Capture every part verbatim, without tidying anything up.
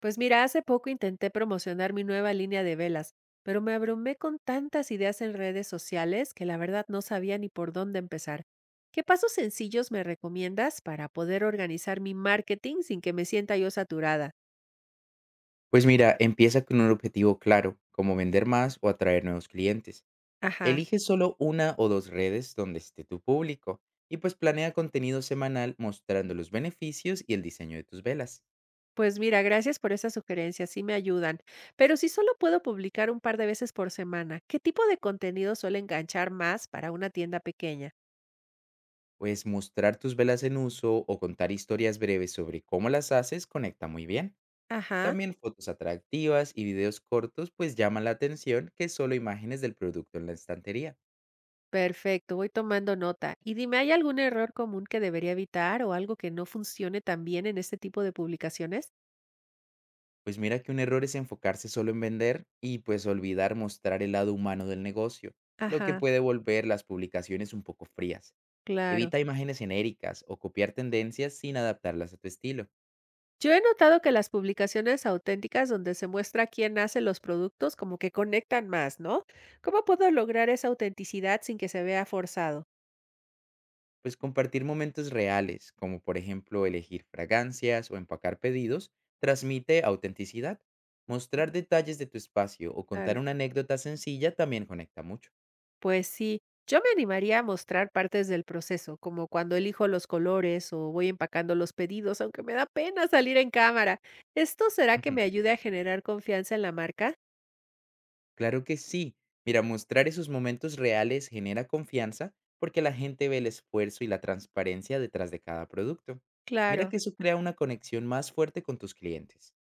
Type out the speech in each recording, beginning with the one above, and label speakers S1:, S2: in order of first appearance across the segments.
S1: Pues mira, hace poco intenté promocionar mi nueva línea de velas, pero me abrumé con tantas ideas en redes sociales que la verdad no sabía ni por dónde empezar. ¿Qué pasos sencillos me recomiendas para poder organizar mi marketing sin que me sienta yo saturada?
S2: Pues mira, empieza con un objetivo claro, como vender más o atraer nuevos clientes.
S1: Ajá.
S2: Elige solo una o dos redes donde esté tu público y pues planea contenido semanal mostrando los beneficios y el diseño de tus velas.
S1: Pues mira, gracias por esas sugerencias, sí me ayudan. Pero si solo puedo publicar un par de veces por semana, ¿qué tipo de contenido suele enganchar más para una tienda pequeña?
S2: Pues mostrar tus velas en uso o contar historias breves sobre cómo las haces conecta muy bien.
S1: Ajá.
S2: También fotos atractivas y videos cortos pues llaman la atención que solo imágenes del producto en la estantería.
S1: Perfecto, voy tomando nota. Y dime, ¿hay algún error común que debería evitar o algo que no funcione tan bien en este tipo de publicaciones?
S2: Pues mira que un error es enfocarse solo en vender y pues olvidar mostrar el lado humano del negocio, lo que
S1: Ajá,
S2: puede volver las publicaciones un poco frías.
S1: claro.
S2: Evita imágenes genéricas o copiar tendencias sin adaptarlas a tu estilo.
S1: Yo he notado que las publicaciones auténticas donde se muestra quién hace los productos como que conectan más, ¿no? ¿Cómo puedo lograr esa autenticidad sin que se vea forzado?
S2: Pues compartir momentos reales, como por ejemplo elegir fragancias o empacar pedidos, transmite autenticidad. Mostrar detalles de tu espacio o
S1: Claro.
S2: contar una anécdota sencilla también conecta mucho.
S1: Pues sí, yo me animaría a mostrar partes del proceso, como cuando elijo los colores o voy empacando los pedidos, aunque me da pena salir en cámara. ¿Esto será que
S2: Ujú.
S1: me ayude a generar confianza en la marca?
S2: Claro que sí. Mira, mostrar esos momentos reales genera confianza porque la gente ve el esfuerzo y la transparencia detrás de cada producto. Mira
S1: Claro,
S2: que eso crea una conexión más fuerte con tus clientes.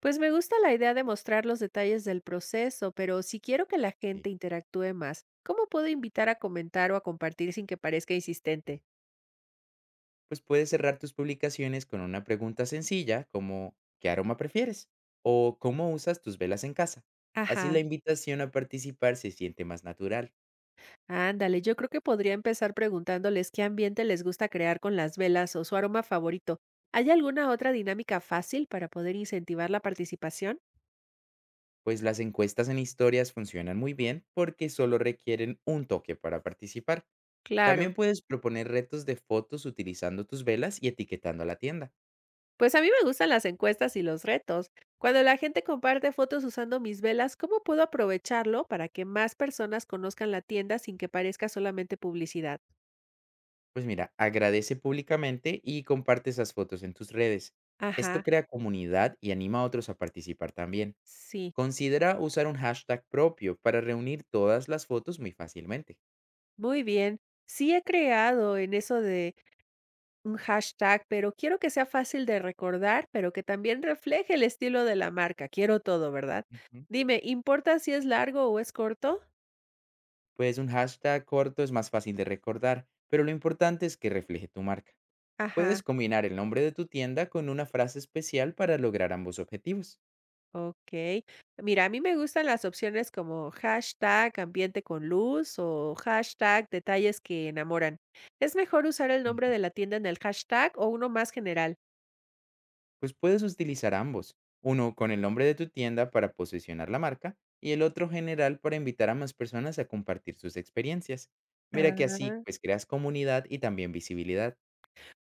S1: pues me gusta la idea de mostrar los detalles del proceso, pero si quiero que la
S2: ¿Sí?
S1: gente interactúe más, ¿cómo puedo invitar a comentar o a compartir sin que parezca insistente?
S2: Pues puedes cerrar tus publicaciones con una pregunta sencilla como ¿qué aroma prefieres? O ¿cómo usas tus velas en casa? Así
S1: Ajá.
S2: la invitación a participar se siente más natural,
S1: Ándale, yo creo que podría empezar preguntándoles qué ambiente les gusta crear con las velas o su aroma favorito. ¿Hay alguna otra dinámica fácil para poder incentivar la participación?
S2: pues las encuestas en historias funcionan muy bien porque solo requieren un toque para participar.
S1: Claro,
S2: También puedes proponer retos de fotos utilizando tus velas y etiquetando a la tienda.
S1: pues a mí me gustan las encuestas y los retos. Cuando la gente comparte fotos usando mis velas, ¿cómo puedo aprovecharlo para que más personas conozcan la tienda sin que parezca solamente publicidad?
S2: Pues mira, agradece públicamente y comparte esas fotos en tus redes. Esto
S1: Ajá,
S2: crea comunidad y anima a otros a participar también.
S1: sí,
S2: Considera usar un hashtag propio para reunir todas las fotos muy fácilmente.
S1: muy bien. Sí he creado en eso de un hashtag, pero quiero que sea fácil de recordar, pero que también refleje el estilo de la marca. Quiero todo, ¿verdad?
S2: Ujú.
S1: Dime, ¿importa si es largo o es corto?
S2: Pues un hashtag corto es más fácil de recordar, pero lo importante es que refleje tu marca.
S1: Ajá,
S2: Puedes combinar el nombre de tu tienda con una frase especial para lograr ambos objetivos.
S1: ok. Mira, a mí me gustan las opciones como hashtag ambiente con luz o hashtag detalles que enamoran. ¿Es mejor usar el nombre
S2: Ujú.
S1: de la tienda en el hashtag o uno más general?
S2: Pues puedes utilizar ambos, uno con el nombre de tu tienda para posicionar la marca y el otro general para invitar a más personas a compartir sus experiencias. Mira que así
S1: Ah.
S2: pues creas comunidad y también visibilidad.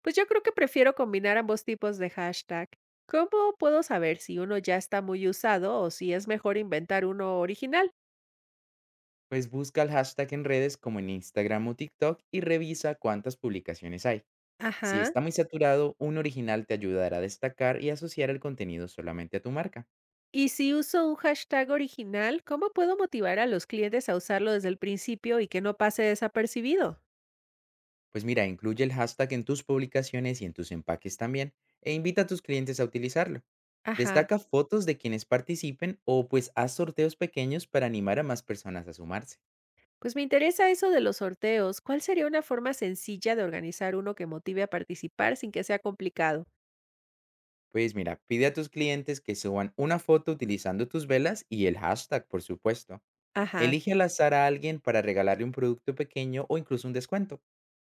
S1: Pues yo creo que prefiero combinar ambos tipos de hashtag. ¿Cómo puedo saber si uno ya está muy usado o si es mejor inventar uno original?
S2: Pues busca el hashtag en redes como en Instagram o TikTok y revisa cuántas publicaciones hay. Si
S1: Ajá.
S2: está muy saturado, un original te ayudará a destacar y asociar el contenido solamente a tu marca.
S1: Y si uso un hashtag original, ¿cómo puedo motivar a los clientes a usarlo desde el principio y que no pase desapercibido?
S2: Pues mira, incluye el hashtag en tus publicaciones y en tus empaques también, e invita a tus clientes a utilizarlo.
S1: Ajá.
S2: Destaca fotos de quienes participen o pues haz sorteos pequeños para animar a más personas a sumarse.
S1: Pues me interesa eso de los sorteos. ¿Cuál sería una forma sencilla de organizar uno que motive a participar sin que sea complicado?
S2: Pues mira, pide a tus clientes que suban una foto utilizando tus velas y el hashtag, por supuesto.
S1: Ajá.
S2: Elige al azar a alguien para regalarle un producto pequeño o incluso un descuento.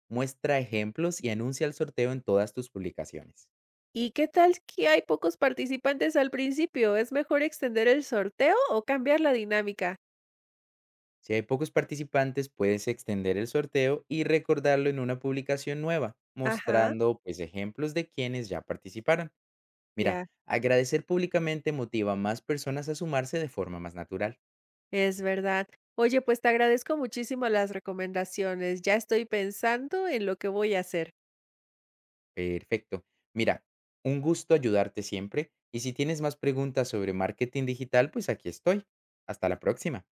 S2: Muestra ejemplos y anuncia el sorteo en todas tus publicaciones.
S1: ¿Y qué tal que hay pocos participantes al principio? ¿Es mejor extender el sorteo o cambiar la dinámica?
S2: Si hay pocos participantes, puedes extender el sorteo y recordarlo en una publicación nueva,
S1: Ajá,
S2: mostrando pues ejemplos de quienes ya participaron. Mira,
S1: ya,
S2: agradecer públicamente motiva a más personas a sumarse de forma más natural.
S1: es verdad. Oye, pues te agradezco muchísimo las recomendaciones. Ya estoy pensando en lo que voy a hacer.
S2: Perfecto. Mira, un gusto ayudarte siempre y si tienes más preguntas sobre marketing digital, pues aquí estoy. Hasta la próxima.